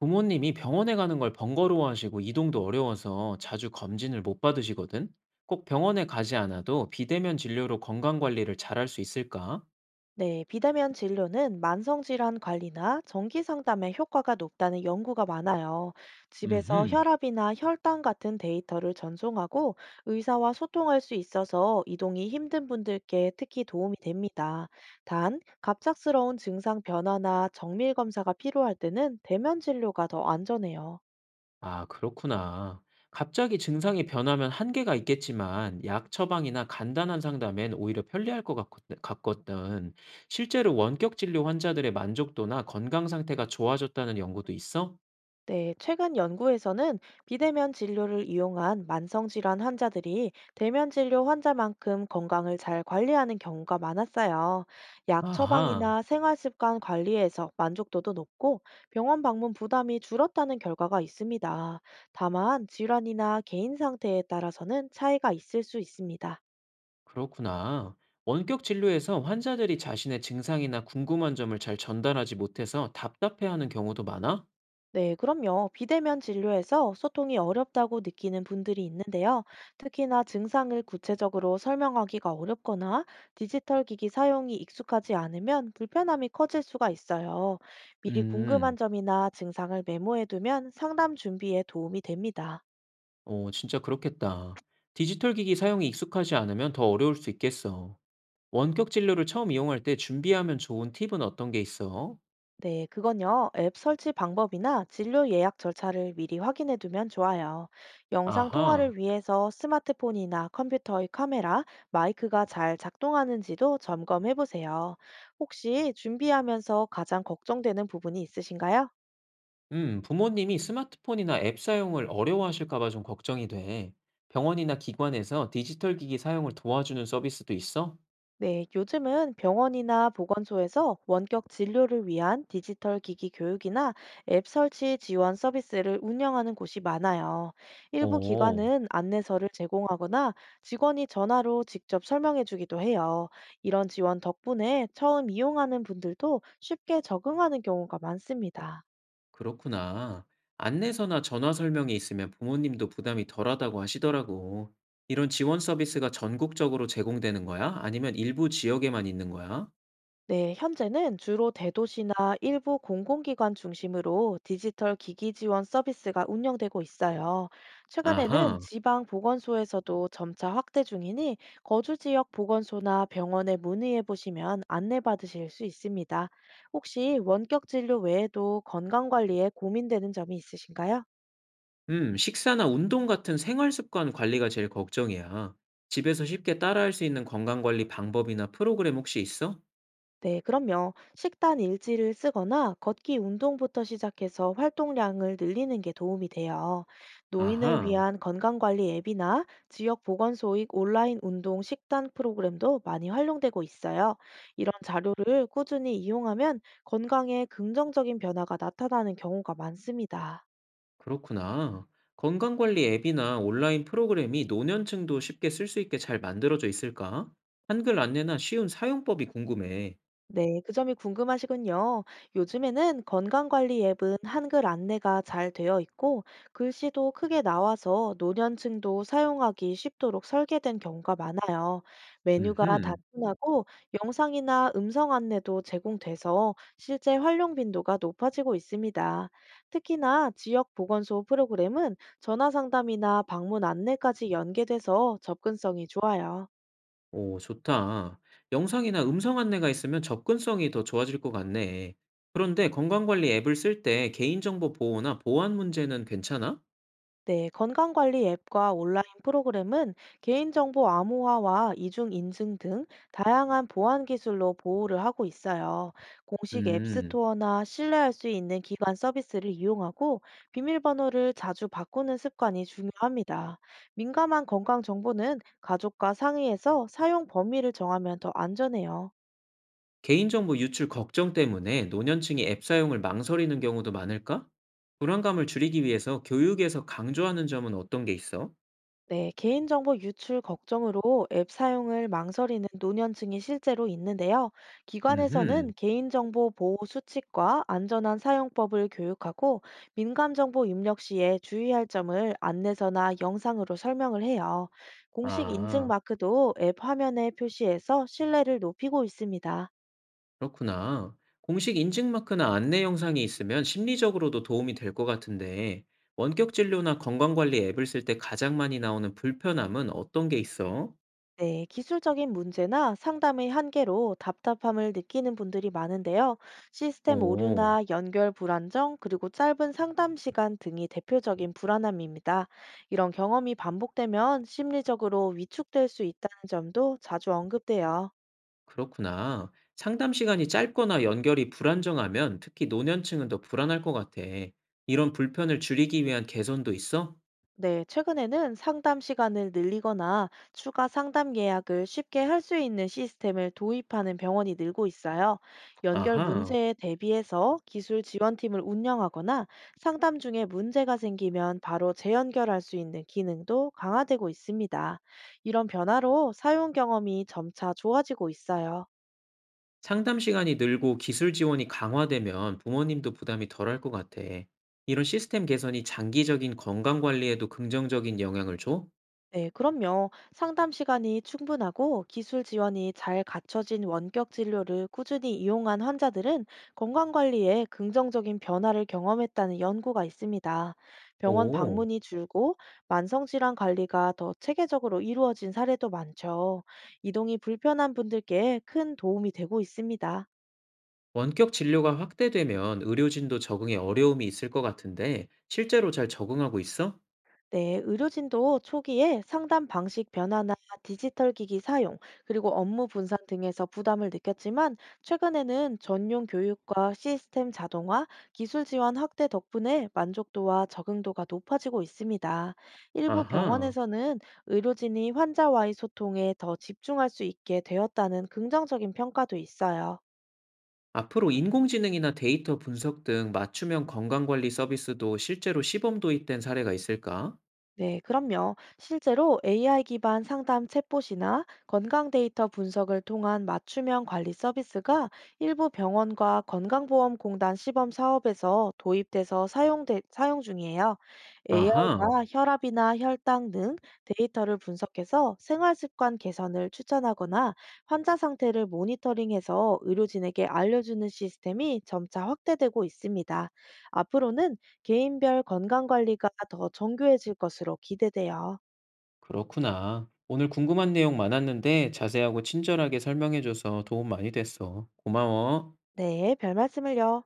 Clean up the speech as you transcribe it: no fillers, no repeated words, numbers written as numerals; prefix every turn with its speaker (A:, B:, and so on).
A: 부모님이 병원에 가는 걸 번거로워하시고 이동도 어려워서 자주 검진을 못 받으시거든? 꼭 병원에 가지 않아도 비대면 진료로 건강 관리를 잘할 수 있을까?
B: 네, 비대면 진료는 만성질환 관리나 정기 상담에 효과가 높다는 연구가 많아요. 집에서
A: 음흠.
B: 혈압이나 혈당 같은 데이터를 전송하고 의사와 소통할 수 있어서 이동이 힘든 분들께 특히 도움이 됩니다. 단, 갑작스러운 증상 변화나 정밀 검사가 필요할 때는 대면 진료가 더 안전해요.
A: 아, 그렇구나. 갑자기 증상이 변하면 한계가 있겠지만 약 처방이나 간단한 상담엔 오히려 편리할 것 같거든. 실제로 원격 진료 환자들의 만족도나 건강 상태가 좋아졌다는 연구도 있어?
B: 네, 최근 연구에서는 비대면 진료를 이용한 만성질환 환자들이 대면 진료 환자만큼 건강을 잘 관리하는 경우가 많았어요. 약
A: 아하.
B: 처방이나 생활습관 관리에서 만족도도 높고 병원 방문 부담이 줄었다는 결과가 있습니다. 다만 질환이나 개인 상태에 따라서는 차이가 있을 수 있습니다.
A: 그렇구나. 원격 진료에서 환자들이 자신의 증상이나 궁금한 점을 잘 전달하지 못해서 답답해하는 경우도 많아?
B: 네, 그럼요. 비대면 진료에서 소통이 어렵다고 느끼는 분들이 있는데요. 특히나 증상을 구체적으로 설명하기가 어렵거나 디지털 기기 사용이 익숙하지 않으면 불편함이 커질 수가 있어요. 미리 궁금한
A: 음,
B: 점이나 증상을 메모해두면 상담 준비에 도움이 됩니다.
A: 어, 진짜 그렇겠다. 디지털 기기 사용이 익숙하지 않으면 더 어려울 수 있겠어. 원격 진료를 처음 이용할 때 준비하면 좋은 팁은 어떤 게 있어?
B: 네, 그건요. 앱 설치 방법이나 진료 예약 절차를 미리 확인해 두면 좋아요. 영상
A: 아하.
B: 통화를 위해서 스마트폰이나 컴퓨터의 카메라, 마이크가 잘 작동하는지도 점검해 보세요. 혹시 준비하면서 가장 걱정되는 부분이 있으신가요?
A: 부모님이 스마트폰이나 앱 사용을 어려워하실까 봐 좀 걱정이 돼. 병원이나 기관에서 디지털 기기 사용을 도와주는 서비스도 있어?
B: 네, 요즘은 병원이나 보건소에서 원격 진료를 위한 디지털 기기 교육이나 앱 설치 지원 서비스를 운영하는 곳이 많아요. 일부
A: 오.
B: 기관은 안내서를 제공하거나 직원이 전화로 직접 설명해 주기도 해요. 이런 지원 덕분에 처음 이용하는 분들도 쉽게 적응하는 경우가 많습니다.
A: 그렇구나. 안내서나 전화 설명이 있으면 부모님도 부담이 덜하다고 하시더라고. 이런 지원 서비스가 전국적으로 제공되는 거야? 아니면 일부 지역에만 있는 거야?
B: 네, 현재는 주로 대도시나 일부 공공기관 중심으로 디지털 기기 지원 서비스가 운영되고 있어요. 최근에는
A: 아하.
B: 지방 보건소에서도 점차 확대 중이니 거주 지역 보건소나 병원에 문의해 보시면 안내받으실 수 있습니다. 혹시 원격 진료 외에도 건강 관리에 고민되는 점이 있으신가요?
A: 식사나 운동 같은 생활 습관 관리가 제일 걱정이야. 집에서 쉽게 따라할 수 있는 건강 관리 방법이나 프로그램 혹시 있어?
B: 네, 그럼요. 식단 일지를 쓰거나 걷기 운동부터 시작해서 활동량을 늘리는 게 도움이 돼요. 노인을
A: 아하.
B: 위한 건강관리 앱이나 지역 보건소의 온라인 운동 식단 프로그램도 많이 활용되고 있어요. 이런 자료를 꾸준히 이용하면 건강에 긍정적인 변화가 나타나는 경우가 많습니다.
A: 그렇구나. 건강 관리 앱이나 온라인 프로그램이 노년층도 쉽게 쓸 수 있게 잘 만들어져 있을까? 한글 안내나 쉬운 사용법이 궁금해.
B: 네, 그 점이 궁금하시군요. 요즘에는 건강관리 앱은 한글 안내가 잘 되어 있고, 글씨도 크게 나와서 노년층도 사용하기 쉽도록 설계된 경우가 많아요. 메뉴가
A: 음흠.
B: 단순하고 영상이나 음성 안내도 제공돼서 실제 활용 빈도가 높아지고 있습니다. 특히나 지역 보건소 프로그램은 전화 상담이나 방문 안내까지 연계돼서 접근성이 좋아요.
A: 오, 좋다. 영상이나 음성 안내가 있으면 접근성이 더 좋아질 것 같네. 그런데 건강관리 앱을 쓸 때 개인정보 보호나 보안 문제는 괜찮아?
B: 네, 건강관리 앱과 온라인 프로그램은 개인정보 암호화와 이중인증 등 다양한 보안 기술로 보호를 하고 있어요. 공식
A: 음,
B: 앱스토어나 신뢰할 수 있는 기관 서비스를 이용하고 비밀번호를 자주 바꾸는 습관이 중요합니다. 민감한 건강 정보는 가족과 상의해서 사용 범위를 정하면 더 안전해요.
A: 개인정보 유출 걱정 때문에 노년층이 앱 사용을 망설이는 경우도 많을까? 불안감을 줄이기 위해서 교육에서 강조하는 점은 어떤 게 있어?
B: 네, 개인정보 유출 걱정으로 앱 사용을 망설이는 노년층이 실제로 있는데요. 기관에서는
A: 음흠.
B: 개인정보 보호 수칙과 안전한 사용법을 교육하고 민감정보 입력 시에 주의할 점을 안내서나 영상으로 설명을 해요. 공식 인증
A: 아,
B: 마크도 앱 화면에 표시해서 신뢰를 높이고 있습니다.
A: 그렇구나. 공식 인증 마크나 안내 영상이 있으면 심리적으로도 도움이 될 것 같은데, 원격 진료나 건강관리 앱을 쓸 때 가장 많이 나오는 불편함은 어떤 게 있어?
B: 네, 기술적인 문제나 상담의 한계로 답답함을 느끼는 분들이 많은데요. 시스템
A: 오,
B: 오류나 연결 불안정, 그리고 짧은 상담 시간 등이 대표적인 불안함입니다. 이런 경험이 반복되면 심리적으로 위축될 수 있다는 점도 자주 언급돼요.
A: 그렇구나. 상담 시간이 짧거나 연결이 불안정하면 특히 노년층은 더 불안할 것 같아. 이런 불편을 줄이기 위한 개선도 있어?
B: 네, 최근에는 상담 시간을 늘리거나 추가 상담 예약을 쉽게 할 수 있는 시스템을 도입하는 병원이 늘고 있어요. 연결
A: 아하.
B: 문제에 대비해서 기술 지원팀을 운영하거나 상담 중에 문제가 생기면 바로 재연결할 수 있는 기능도 강화되고 있습니다. 이런 변화로 사용 경험이 점차 좋아지고 있어요.
A: 상담 시간이 늘고 기술 지원이 강화되면 부모님도 부담이 덜할 것 같아. 이런 시스템 개선이 장기적인 건강 관리에도 긍정적인 영향을 줘?
B: 네, 그럼요. 상담 시간이 충분하고 기술 지원이 잘 갖춰진 원격 진료를 꾸준히 이용한 환자들은 건강관리에 긍정적인 변화를 경험했다는 연구가 있습니다. 병원
A: 오,
B: 방문이 줄고 만성질환 관리가 더 체계적으로 이루어진 사례도 많죠. 이동이 불편한 분들께 큰 도움이 되고 있습니다.
A: 원격 진료가 확대되면 의료진도 적응에 어려움이 있을 것 같은데 실제로 잘 적응하고 있어?
B: 네, 의료진도 초기에 상담 방식 변화나 디지털 기기 사용, 그리고 업무 분산 등에서 부담을 느꼈지만 최근에는 전용 교육과 시스템 자동화, 기술 지원 확대 덕분에 만족도와 적응도가 높아지고 있습니다. 일부
A: 아하.
B: 병원에서는 의료진이 환자와의 소통에 더 집중할 수 있게 되었다는 긍정적인 평가도 있어요.
A: 앞으로 인공지능이나 데이터 분석 등 맞춤형 건강 관리 서비스도 실제로 시범 도입된 사례가 있을까?
B: 네, 그럼요. 실제로 AI 기반 상담 챗봇이나 건강 데이터 분석을 통한 맞춤형 관리 서비스가 일부 병원과 건강보험공단 시범 사업에서 사용 중이에요.
A: 아하.
B: AI가 혈압이나 혈당 등 데이터를 분석해서 생활 습관 개선을 추천하거나 환자 상태를 모니터링해서 의료진에게 알려주는 시스템이 점차 확대되고 있습니다. 앞으로는 개인별 건강 관리가 더 정교해질 것으로 기대돼요.
A: 그렇구나. 오늘 궁금한 내용 많았는데 자세하고 친절하게 설명해줘서 도움 많이 됐어. 고마워.
B: 네, 별 말씀을요.